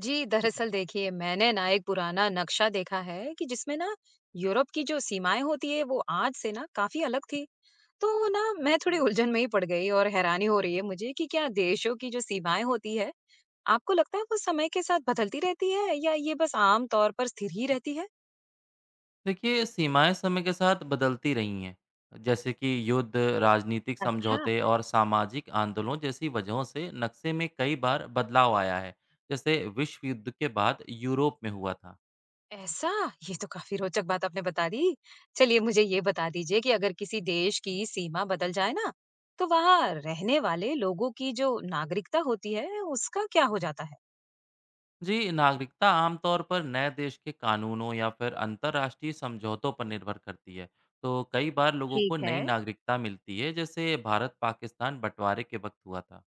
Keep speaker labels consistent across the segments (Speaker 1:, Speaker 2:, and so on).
Speaker 1: जी, दरअसल देखिए मैंने ना एक पुराना नक्शा देखा है कि जिसमें ना यूरोप की जो सीमाएं होती है वो आज से ना काफी अलग थी। तो ना मैं थोड़ी उलझन में ही पड़ गई और हैरानी हो रही है मुझे कि क्या देशों की जो सीमाएं होती है आपको लगता है वो समय के साथ बदलती रहती है या ये बस आम तौर पर स्थिर ही रहती है?
Speaker 2: देखिए सीमाएं समय के साथ बदलती रही हैं। जैसे कि युद्ध, राजनीतिक
Speaker 1: अच्छा।
Speaker 2: समझौते और सामाजिक आंदोलनों जैसी वजहों से नक्शे में कई बार बदलाव आया है। जैसे विश्व युद्ध के बाद यूरोप में हुआ था।
Speaker 1: ऐसा! ये तो काफ़ी रोचक बात आपने बता दी। चलिए मुझे ये बता दीजिए कि अगर किसी देश की सीमा बदल जाए ना, तो वहाँ रहने वाले लोगों की जो नागरिकता होती है, उसका क्या हो जाता है?
Speaker 2: जी, नागरिकता आमतौर पर नए देश के कानूनों या फिर अंतर्राष्ट्रीय समझौतों पर निर्भर करती है। तो कई बार लोगों को
Speaker 1: ठीक है।
Speaker 2: नई नागरिकता मिलती है, जैसे भारत पाकिस्तान बंटवारे के वक्त हुआ था।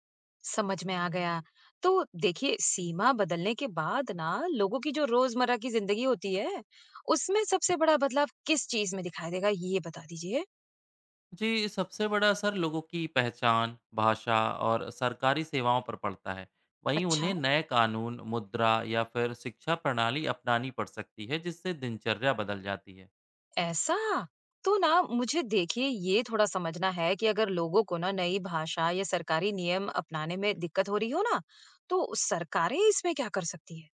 Speaker 1: समझ में आ गया। तो देखिए, सीमा बदलने के बाद ना लोगों की जो रोज़मर्रा की ज़िंदगी होती है, उसमें सबसे बड़ा बदलाव किस चीज़ में दिखाई देगा, ये बता दीजिए?
Speaker 2: जी, सबसे बड़ा असर लोगों की पहचान, भाषा और सरकारी सेवाओं पर पड़ता है। वहीं
Speaker 1: अच्छा।
Speaker 2: उन्हें नए कानून, मुद्रा या फिर शिक्षा प्रणाली अपनानी पड़ सकती है, जिससे दिनचर्या बदल जाती है।
Speaker 1: ऐसा? तो ना मुझे देखिए ये थोड़ा समझना है कि अगर लोगों को ना नई भाषा या सरकारी नियम अपनाने में दिक्कत हो रही हो ना, तो सरकारें इसमें क्या कर सकती है?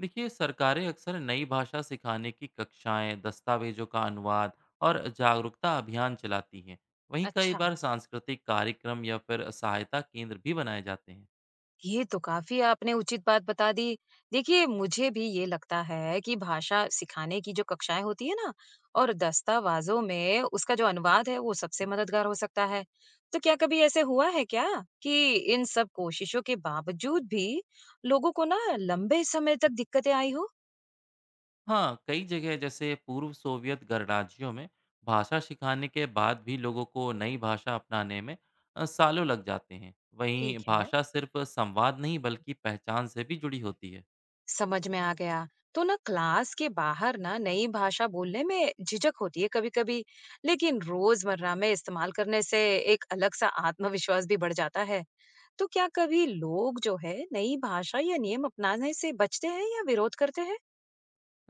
Speaker 2: देखिए, सरकारें अक्सर नई भाषा सिखाने की कक्षाएं, दस्तावेजों का अनुवाद और जागरूकता अभियान चलाती हैं। वहीं कई
Speaker 1: अच्छा।
Speaker 2: बार सांस्कृतिक कार्यक्रम या फिर सहायता केंद्र भी बनाए जाते हैं।
Speaker 1: ये तो काफ़ी आपने उचित बात बता दी। देखिए, मुझे भी ये लगता है कि भाषा सिखाने की जो कक्षाएँ होती है ना और दस्तावेज़ों में उसका जो अनुवाद है, वो सबसे मददगार हो सकता है। तो क्या कभी ऐसे हुआ है क्या कि इन सब कोशिशों के बावजूद भी लोगों को ना लंबे समय तक दिक्कतें आई हो?
Speaker 2: हाँ, कई जगह जैसे पूर्व सोवियत गणराज्यों में भाषा सिखाने के बाद भी लोगों को नई भाषा अपनाने में सालों लग जाते हैं। वहीं
Speaker 1: ठीक है।
Speaker 2: भाषा सिर्फ संवाद नहीं बल्कि पहचान से भी जुड़ी होती है।
Speaker 1: समझ में आ गया। तो ना क्लास के बाहर ना नई भाषा बोलने में झिझक होती है कभी कभी, लेकिन रोजमर्रा में इस्तेमाल करने से एक अलग सा आत्मविश्वास भी बढ़ जाता है। तो क्या कभी लोग जो है नई भाषा या नियम अपनाने से बचते हैं या विरोध करते हैं?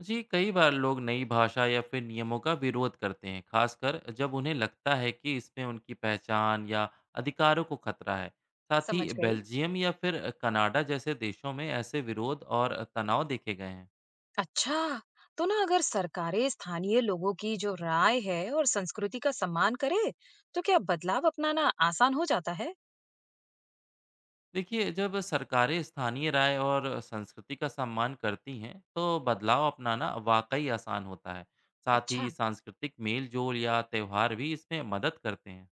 Speaker 2: जी, कई बार लोग नई भाषा या फिर नियमों का विरोध करते हैं, खासकर जब उन्हें लगता है कि इसमें उनकी पहचान या अधिकारों को खतरा है। साथ ही
Speaker 1: समझ गई।
Speaker 2: बेल्जियम या फिर कनाडा जैसे देशों में ऐसे विरोध और तनाव देखे गए हैं।
Speaker 1: अच्छा। तो ना अगर सरकारें स्थानीय लोगों की जो राय है और संस्कृति का सम्मान करे, तो क्या बदलाव अपनाना आसान हो जाता है?
Speaker 2: देखिए, जब सरकारें स्थानीय राय और संस्कृति का सम्मान करती हैं तो बदलाव अपनाना वाकई आसान होता है। साथ ही
Speaker 1: अच्छा।
Speaker 2: सांस्कृतिक मेल जोल या त्यौहार भी इसमें मदद करते हैं।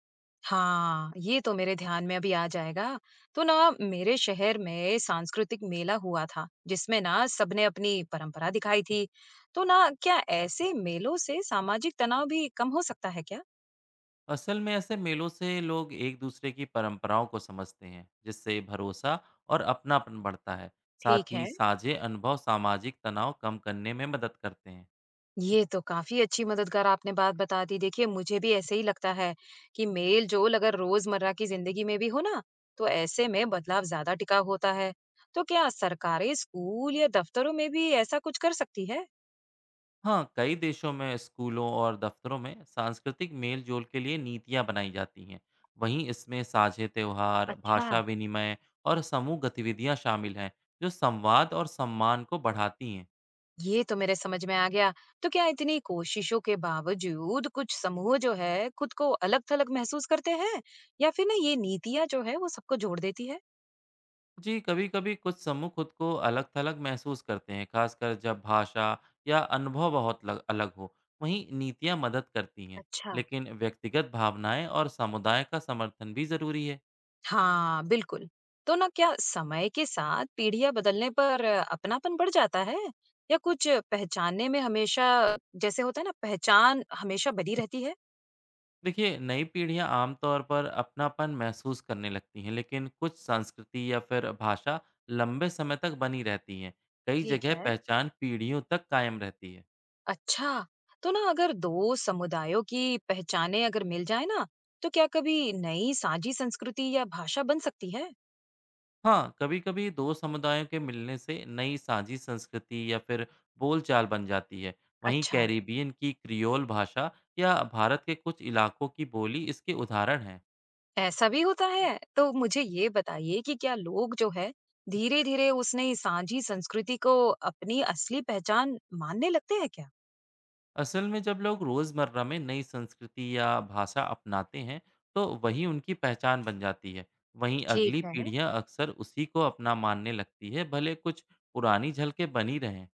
Speaker 1: हाँ, ये तो मेरे ध्यान में अभी आ जाएगा। तो ना मेरे शहर में सांस्कृतिक मेला हुआ था, जिसमें ना सबने अपनी परंपरा दिखाई थी। तो ना क्या ऐसे मेलों से सामाजिक तनाव भी कम हो सकता है क्या?
Speaker 2: असल में ऐसे मेलों से लोग एक दूसरे की परंपराओं को समझते हैं, जिससे भरोसा और अपनापन बढ़ता है। साथ
Speaker 1: ठीक
Speaker 2: ही
Speaker 1: है,
Speaker 2: साझे अनुभव सामाजिक तनाव कम करने में मदद करते हैं।
Speaker 1: ये तो काफी अच्छी मददगार आपने बात बता दी। देखिए, मुझे भी ऐसे ही लगता है कि मेल-जोल अगर रोजमर्रा की जिंदगी में भी हो ना, तो ऐसे में बदलाव ज्यादा टिकाऊ होता है। तो क्या सरकारें स्कूल या दफ्तरों में भी ऐसा कुछ कर सकती है?
Speaker 2: हाँ, कई देशों में स्कूलों और दफ्तरों में सांस्कृतिक मेल जोल के लिए नीतियाँ बनाई जाती हैं। वहीं इसमें साझे त्योहार,
Speaker 1: अच्छा।
Speaker 2: भाषा विनिमय और समूह गतिविधियाँ शामिल हैं, जो संवाद और सम्मान को बढ़ाती हैं।
Speaker 1: ये तो मेरे समझ में आ गया। तो क्या इतनी कोशिशों के बावजूद कुछ समूह जो है, खुद को अलग-थलग महसूस करते हैं? या फिर ना ये नीतियाँ जो है, वो सबको जोड़ देती है?
Speaker 2: जी, कभी कभी कुछ समूह खुद को अलग थलग महसूस करते हैं, खासकर जब भाषा या अनुभव बहुत अलग हो। वहीं नीतियाँ मदद करती हैं,
Speaker 1: अच्छा।
Speaker 2: लेकिन व्यक्तिगत भावनाएं और समुदाय का समर्थन भी ज़रूरी है।
Speaker 1: हाँ, बिल्कुल। तो ना क्या समय के साथ पीढ़ियाँ बदलने पर अपनापन बढ़ जाता है? या कुछ पहचानने में हमेशा जैसे होता है ना, पहचान हमेशा बनी रहती है?
Speaker 2: देखिए, नई पीढ़ियां आमतौर पर अपनापन महसूस करने लगती हैं, लेकिन कुछ संस्कृति या फिर भाषा लंबे समय तक बनी रहती हैं। कई
Speaker 1: ठीक
Speaker 2: जगह
Speaker 1: है।
Speaker 2: पहचान पीढ़ियों तक कायम रहती है।
Speaker 1: अच्छा। तो ना अगर दो समुदायों की पहचानें अगर मिल जाए ना, तो क्या कभी नई साझी संस्कृति या भाषा बन सकती है?
Speaker 2: हाँ, कभी कभी दो समुदायों के मिलने से नई साझी संस्कृति या फिर बोलचाल बन जाती है। वहीं
Speaker 1: अच्छा।
Speaker 2: कैरिबियन की क्रियोल भाषा या भारत के कुछ इलाकों की बोली इसके उदाहरण हैं।
Speaker 1: ऐसा भी होता है? तो मुझे ये बताइए कि क्या लोग जो है धीरे धीरे उस नई साझी संस्कृति को अपनी असली पहचान मानने लगते हैं क्या?
Speaker 2: असल में जब लोग रोज़मर्रा में नई संस्कृति या भाषा अपनाते हैं तो वही उनकी पहचान बन जाती है। वहीं
Speaker 1: ठीक
Speaker 2: अगली
Speaker 1: है।
Speaker 2: पीढ़ियां अक्सर उसी को अपना मानने लगती है, भले कुछ पुरानी झलकें बनी रहें।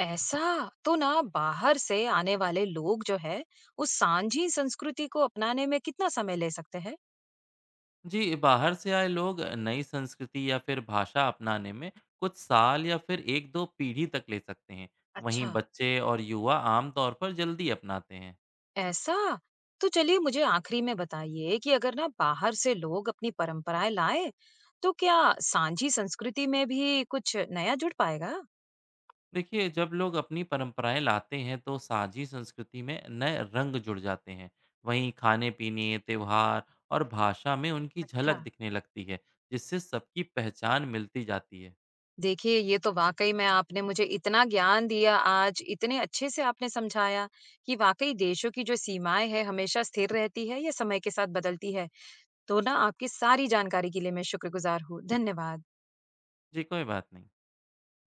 Speaker 1: ऐसा? तो ना बाहर से आने वाले लोग जो है उस साझी संस्कृति को अपनाने में कितना समय ले सकते हैं?
Speaker 2: जी, बाहर से आए लोग नई संस्कृति या फिर भाषा अपनाने में कुछ साल या फिर एक दो पीढ़ी तक ले सकते हैं। वहीं
Speaker 1: अच्छा।
Speaker 2: बच्चे और युवा आमतौर पर जल्दी अपनाते हैं।
Speaker 1: ऐसा? तो चलिए मुझे आखिरी में बताइए कि अगर ना बाहर से लोग अपनी परंपराएं लाएं, तो क्या सांझी संस्कृति में भी कुछ नया जुड़ पाएगा?
Speaker 2: देखिए, जब लोग अपनी परंपराएं लाते हैं तो साझी संस्कृति में नए रंग जुड़ जाते हैं। वहीं खाने पीने, त्योहार और भाषा में उनकी
Speaker 1: अच्छा।
Speaker 2: झलक दिखने लगती है, जिससे सबकी पहचान मिलती जाती है।
Speaker 1: देखिए ये तो वाकई में आपने मुझे इतना ज्ञान दिया, आज इतने अच्छे से आपने समझाया कि वाकई देशों की जो सीमाएं है हमेशा स्थिर रहती है या समय के साथ बदलती है। तो ना आपकी सारी जानकारी के लिए मैं शुक्रगुजार हूँ। धन्यवाद।
Speaker 2: जी, कोई बात नहीं।